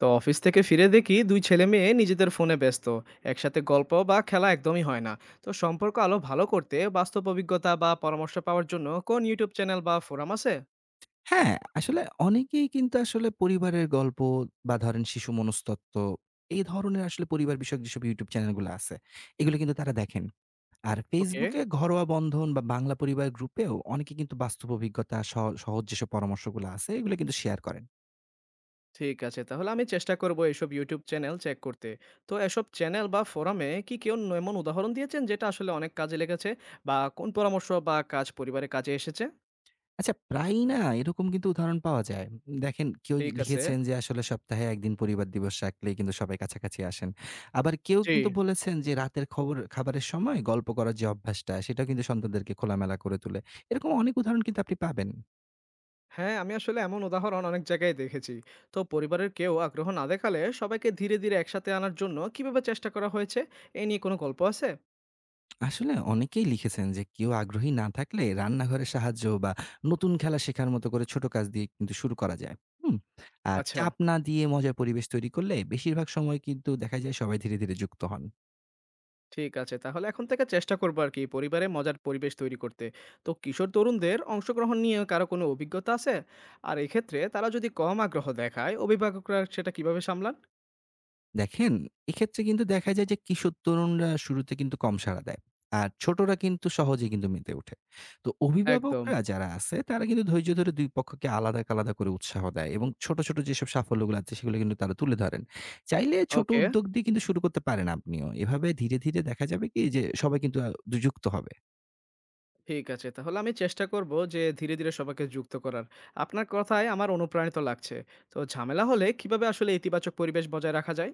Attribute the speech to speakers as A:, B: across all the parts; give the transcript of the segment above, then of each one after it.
A: তো অফিস থেকে ফিরে দেখি দুই ছেলে মেয়ে নিজেদের ফোনে ব্যস্ত। একসাথে গল্প বা খেলা একদমই হয় না। তো সম্পর্ক আলো ভালো করতে বাস্তব অভিজ্ঞতা বা পরামর্শ পাওয়ার জন্য কোন ইউটিউব চ্যানেল বা ফোরাম আছে?
B: হ্যাঁ, আসলে অনেকেই কিন্তু আসলে পরিবারের গল্প বা ধরেন শিশু মনস্তত্ত্ব, এই ধরনের আসলে পরিবার বিষয়ক যেসব YouTube চ্যানেলগুলো আছে, এগুলো কিন্তু তারা দেখেন। আর
A: ওকে,
B: Facebook এ ঘরোয়া বন্ধন বা বাংলা পরিবার গ্রুপেও অনেকে কিন্তু বাস্তব অভিজ্ঞতা, সহ সহজ যেসব পরামর্শগুলো আছে, এগুলো কিন্তু শেয়ার করেন।
A: ঠিক আছে তাহলে আমি চেষ্টা করব এসব ইউটিউব চ্যানেল চেক করতে। তো এসব চ্যানেল বা ফোরামে কি কেউ এমন উদাহরণ দিয়েছেন যেটা আসলে অনেক কাজে লেগেছে বা কোন পরামর্শ বা কাজ পরিবারে কাজে এসেছে?
B: আচ্ছা, প্রায়ই না এরকম কিন্তু উদাহরণ পাওয়া যায়। দেখেন কেউ
A: ঠিক আছে।
B: লিখেছেন যে আসলে সপ্তাহে ১ দিন পরিবার দিবস রাখলেই কিন্তু সবাই কাছাকাছি আসেন। আবার কেউ
A: জি।
B: কিন্তু বলেছেন যে রাতের খবর খাবারের সময় গল্প করার যে অভ্যাসটা সেটাও কিন্তু সন্তানদেরকে খোলামেলা করে তোলে। এরকম অনেক উদাহরণ কিন্তু আপনি পাবেন।
A: হ্যাঁ, আমি আসলে এমন উদাহরণ অনেক জায়গায় দেখেছি। তো পরিবারের কেউ আগ্রহ না দেখালে সবাইকে ধীরে, ধীরে একসাথে আনার জন্য কিভাবে চেষ্টা করা হয়েছে? এ নিয়ে কোনো গল্প আছে?
B: আসলে অনেকেই লিখেছেন যে কেউ আগ্রহী না থাকলে রান্নাঘরের সাহায্য বা নতুন খেলা শেখার মতো করে ছোট কাজ দিয়ে কিন্তু শুরু করা যায়। হুম? আর
A: আচ্ছা,
B: চাপ না দিয়ে মজার পরিবেশ তৈরি করলে বেশিরভাগ সময় কিন্তু দেখা যায় সবাই ধীরে, ধীরে যুক্ত হন।
A: ঠিক আছে। তাহলে এখন থেকে চেষ্টা করব আরকি পরিবারে মজার পরিবেশ তৈরি করতে। তো কিশোর তরুণদের অংশগ্রহণ নিয়ে কারো কোনো অভিজ্ঞতা আছে? আর এক্ষেত্রে তারা যদি কম আগ্রহ দেখায়, অভিভাবকরা সেটা কিভাবে সামলান?
B: দেখেন, এক্ষেত্রে কিন্তু দেখা যায় যে কিশোর তরুণরা শুরুতে কিন্তু কম সাড়া দেয়। আর ছোটরা কিন্তু সহজেই কিন্তু মেতে ওঠে। তো
A: একদম।
B: অভিভাবকরা যারা আছে তারা কিন্তু ধৈর্য ধরে ২ পক্ষকে আলাদা, আলাদা করে উৎসাহ দেয় এবং ছোট, ছোট যেসব সাফল্যগুলো আছে সেগুলো কিন্তু তারা তুলে ধরেন। চাইলে ছোট
A: ওকে।
B: উদ্যোগ দিয়ে কিন্তু শুরু করতে পারেন আপনিও। এভাবে ধীরে, ধীরে দেখা যাবে কি যে সবাই কিন্তু আ দু যুক্ত হবে।
A: ঠিক আছে। তাহলে আমি চেষ্টা করব যে ধীরে, ধীরে সবাইকে যুক্ত করার। আপনার কথায় আমার অনুপ্রাণিত লাগছে। তো ঝামেলা হলে কিভাবে আসলে ইতিবাচক পরিবেশ বজায় রাখা যায়?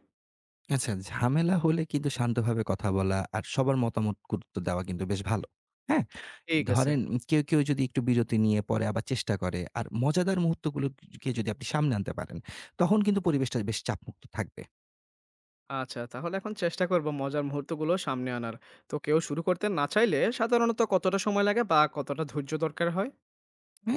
B: আচ্ছা ঝামেলা হলে কিন্তু শান্তভাবে কথা বলা আর সবার মতামত গুরুত্ব দেওয়া কিন্তু বেশ ভালো। হ্যাঁ?
A: ঠিক আছে।
B: ধরেন কেউ যদি একটু বিরতি নিয়ে পরে আবার চেষ্টা করে আর মজাদার মুহূর্তগুলোকে যদি আপনি সামনে আনতে পারেন, তখন কিন্তু পরিবেশটা বেশ চাপমুক্ত থাকবে।
A: আচ্ছা, তাহলে এখন চেষ্টা করব মজার মুহূর্তগুলো সামনে আনার। তো কেউ শুরু করতে না চাইলে সাধারণত কতটা সময় লাগে বা কতটা ধৈর্য দরকার হয়?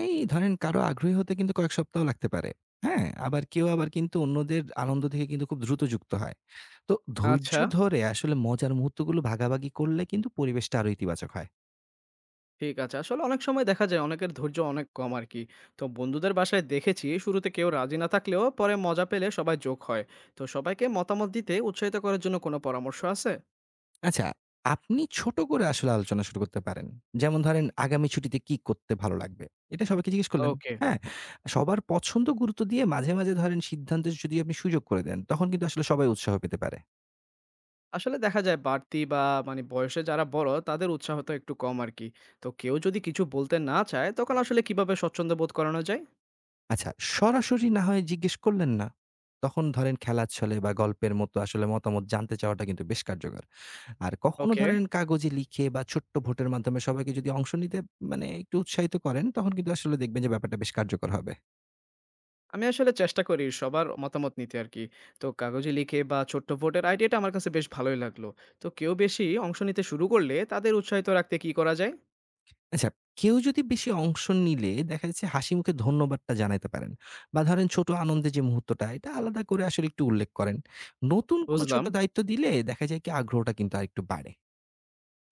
B: এই ধরেন কারো আগ্রহী হতে কিন্তু কয়েক সপ্তাহ লাগতে পারে। হ্যাঁ? আবার কেউ কিন্তু অন্যদের আনন্দ থেকে কিন্তু খুব দ্রুত যুক্ত হয়। তো ধৈর্য
A: আচ্ছা,
B: ধরে আসলে মজার মুহূর্তগুলো ভাগাভাগি করলে কিন্তু পরিবেশটা আরো ইতিবাচক হয়।
A: ঠিক আছে। আসলে অনেক সময় দেখা যায় অনেকের ধৈর্য অনেক কম আরকি। তো বন্ধুদের বাসায় দেখেছি শুরুতে কেউ রাজি না থাকলেও পরে মজা পেলে সবাই যোগ হয়। তো সবাইকে মতামত দিতে উৎসাহিত করার জন্য কোনো পরামর্শ আছে?
B: আচ্ছা, আপনি ছোট করে আসলে আলোচনা শুরু করতে পারেন। যেমন ধরেন, আগামী ছুটিতে কি করতে ভালো লাগবে? এটা সবাইকে জিজ্ঞেস করলেন।
A: ওকে।
B: হ্যাঁ? সবার পছন্দ গুরুত্ব দিয়ে মাঝে, মাঝে ধরেন সিদ্ধান্তের যদি আপনি সুযোগ করে দেন, তখন কিন্তু আসলে সবাই উৎসাহ পেতে পারে।
A: আসলে দেখা যায় বাড়তি বা মানে বয়সে যারা বড় তাদের উৎসাহ তো একটু কম আর কি। তো কেউ যদি কিছু বলতে না চায় তখন আসলে কিভাবে স্বচ্ছন্দ বোধ করানো যায়?
B: আচ্ছা, সরাসরি না হয় জিজ্ঞেস করলেন না। তখন ধরেন খেলার ছলে বা গল্পের মতো আসলে মতামত জানতে চাওয়াটা কিন্তু বেশ কার্যকর। আর কখনো
A: ওকে।
B: ধরেন কাগজে লিখে বা ছোট্ট ভোটের মাধ্যমে সবাইকে যদি অংশ নিতে মানে একটু উৎসাহিত করেন, তখন কিন্তু আসলে দেখবেন যে ব্যাপারটা বেশ কার্যকর হবে।
A: আমি আসলে চেষ্টা করি সবার মতামত নিতে আর কি। তো কাগজে লিখে বা ছোট্ট ভোটের আইডিয়াটা আমার কাছে বেশ ভালোই লাগলো। তো কেউ বেশি অংশ নিতে শুরু করলে তাদের উৎসাহিত রাখতে কি করা যায়?
B: আচ্ছা, কেউ যদি বেশি অংশ নিলে দেখা যাচ্ছে হাসি মুখে ধন্যবাদটা জানাইতে পারেন। বা ধরেন ছোট আনন্দের যে মুহূর্তটা এটা আলাদা করে আসলে একটু উল্লেখ করেন। নতুন কোনো ছোট
A: বুঝলাম।
B: দায়িত্ব দিলে দেখা যায় কি আগ্রহটা কিন্তু আরেকটু বাড়ে।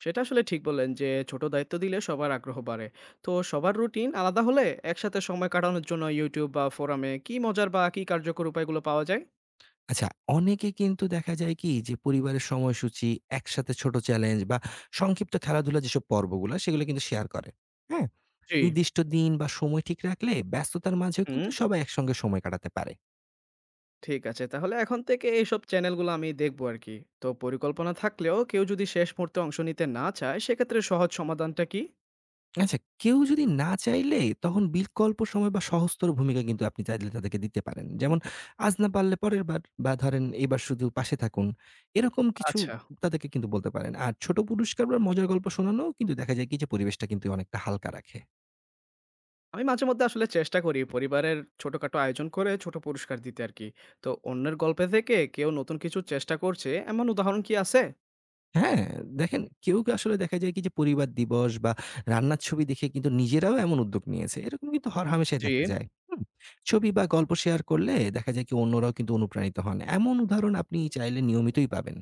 A: সেটা আসলে ঠিক বললেন যে ছোট দায়িত্ব দিলে সবার আগ্রহ বাড়ে। তো সবার রুটিন আলাদা হলে একসাথে সময় কাটানোর জন্য YouTube বা ফোরামে কি মজার বা কি কার্যকর উপায়গুলো পাওয়া যায়?
B: আচ্ছা, অনেকে কিন্তু দেখা যায় কি যে পরিবারের সময়সূচি, একসাথে ছোট চ্যালেঞ্জ বা সংক্ষিপ্ত খেলাধুলা যেসব পর্বগুলা সেগুলো কিন্তু শেয়ার করে। হ্যাঁ?
A: জি।
B: নির্দিষ্ট দিন বা সময় ঠিক রাখলে ব্যস্ততার মাঝেও কিন্তু
A: হুম।
B: সবাই একসঙ্গে সময় কাটাতে পারে।
A: ঠিক আছে। তাহলে এখন থেকে এইসব চ্যানেলগুলো আমি দেখব আরকি। তো পরিকল্পনা থাকলেও কেউ যদি শেষ মুহূর্তে অংশ নিতে না চায়, সেক্ষেত্রে সহজ সমাধানটা কি?
B: আচ্ছা, কেউ যদি না চাইলে তখন বিকল্প সময় বা সহজতর ভূমিকা কিন্তু আপনি চাইলে তাদেরকে দিতে পারেন। যেমন আজ না পারলে পরের বার বা ধরেন এবার শুধু পাশে থাকুন। এরকম কিছু
A: আচ্ছা।
B: তাদেরকে কিন্তু বলতে পারেন। আর ছোট পুরস্কার বা মজার গল্প শোনানোও কিন্তু দেখা যায় কি যে পরিবেশটা কিন্তু অনেকটা হালকা রাখে।
A: আমি মাঝেমধ্যে আসলে চেষ্টা করি পরিবারের ছোটখাটো আয়োজন করে ছোট পুরস্কার দিতে আরকি। তো অন্যের গল্পে থেকে কেউ নতুন কিছু চেষ্টা করছে, এমন উদাহরণ কি আছে?
B: হ্যাঁ, দেখেন কেউ কে আসলে দেখা যায় কি যে পরিবার দিবস বা রান্নার ছবি দেখে কিন্তু নিজেরাও এমন উদ্যোগ নিয়েছে। এরকম কিন্তু হরহামেশাই
A: জি।
B: দেখা যায়। হুম? ছবি বা গল্প শেয়ার করলে দেখা যায় কি অন্যরাও কিন্তু অনুপ্রাণিত হন। এমন উদাহরণ আপনি চাইলে নিয়মিতই পাবেন।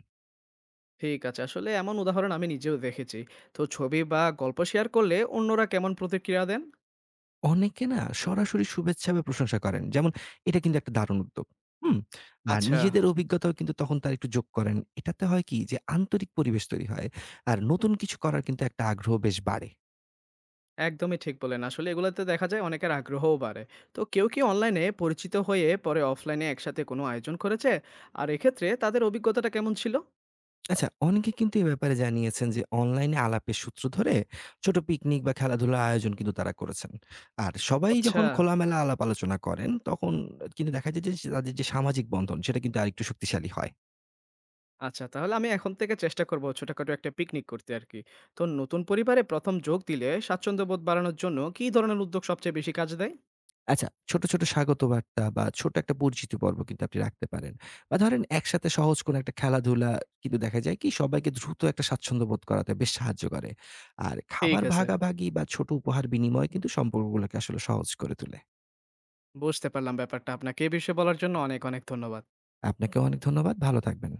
A: ঠিক আছে। আসলে এমন উদাহরণ আমি নিজেও দেখেছি। তো ছবি বা গল্প শেয়ার করলে অন্যরা কেমন প্রতিক্রিয়া দেন?
B: অনেকে না সরাসরি শুভেচ্ছা বা প্রশংসা করেন। যেমন এটা কিন্তু একটা দারুণ উদ্যোগ। হুম? আর
A: আচ্ছা।
B: নিজেদের অভিজ্ঞতাও কিন্তু তখন তারা একটু যোগ করেন। এটাতে হয় কি যে আন্তরিক পরিবেশ তৈরি হয়। আর নতুন কিছু করার কিন্তু একটা আগ্রহ বেশ বাড়ে।
A: একদমই ঠিক বললেন। আসলে এগুলাতে দেখা যায় অনেকের আগ্রহও বাড়ে। তো কেউ কি অনলাইনে পরিচিত হয়ে পরে অফলাইনে একসাথে কোনো আয়োজন করেছে? আর এক্ষেত্রে তাদের অভিজ্ঞতাটা কেমন ছিল?
B: আচ্ছা অনেকে কিন্তু এ ব্যাপারে জানিয়েছেন যে অনলাইনে আলাপের সূত্র ধরে ছোট পিকনিক বা খেলাধুলার আয়োজন কিন্তু তারা করেছেন। আর সবাই
A: আচ্ছা,
B: যখন খোলামেলা আলাপ আলোচনা করেন তখন কিন্তু দেখা যায় যে তাদের যে সামাজিক বন্ধন সেটা কিন্তু আরেকটু শক্তিশালী হয়।
A: আচ্ছা তাহলে আমি এখন থেকে চেষ্টা করব ছোটখাটো একটা পিকনিক করতে আরকি। তো নতুন পরিবারে ১ম যোগ দিলে স্বাচ্ছন্দ্যবোধ বাড়ানোর জন্য কী ধরনের উদ্যোগ সবচেয়ে বেশি কাজে দেয়?
B: আচ্ছা, ছোট, ছোট স্বাগত বার্তা বা ছোট একটা পরিচিতি পর্ব কিন্তু আপনি রাখতে পারেন। বা ধরেন একসাথে সহজ কোনো একটা খেলাধুলা কিন্তু দেখা যায় কি সবাইকে দ্রুত একটা স্বাচ্ছন্দ্য বোধ করাতে বেশ সাহায্য করে। আর
A: ঠিক
B: খাবার
A: আছে,
B: ভাগাভাগি বা ছোট উপহার বিনিময় কিন্তু সম্পর্কগুলোকে আসলে সহজ করে তোলে।
A: বুঝতে পারলাম ব্যাপারটা। আপনাকে এ বিষয়ে বলার জন্য অনেক, অনেক ধন্যবাদ।
B: আপনাকেও অনেক ধন্যবাদ। ভালো থাকবেন।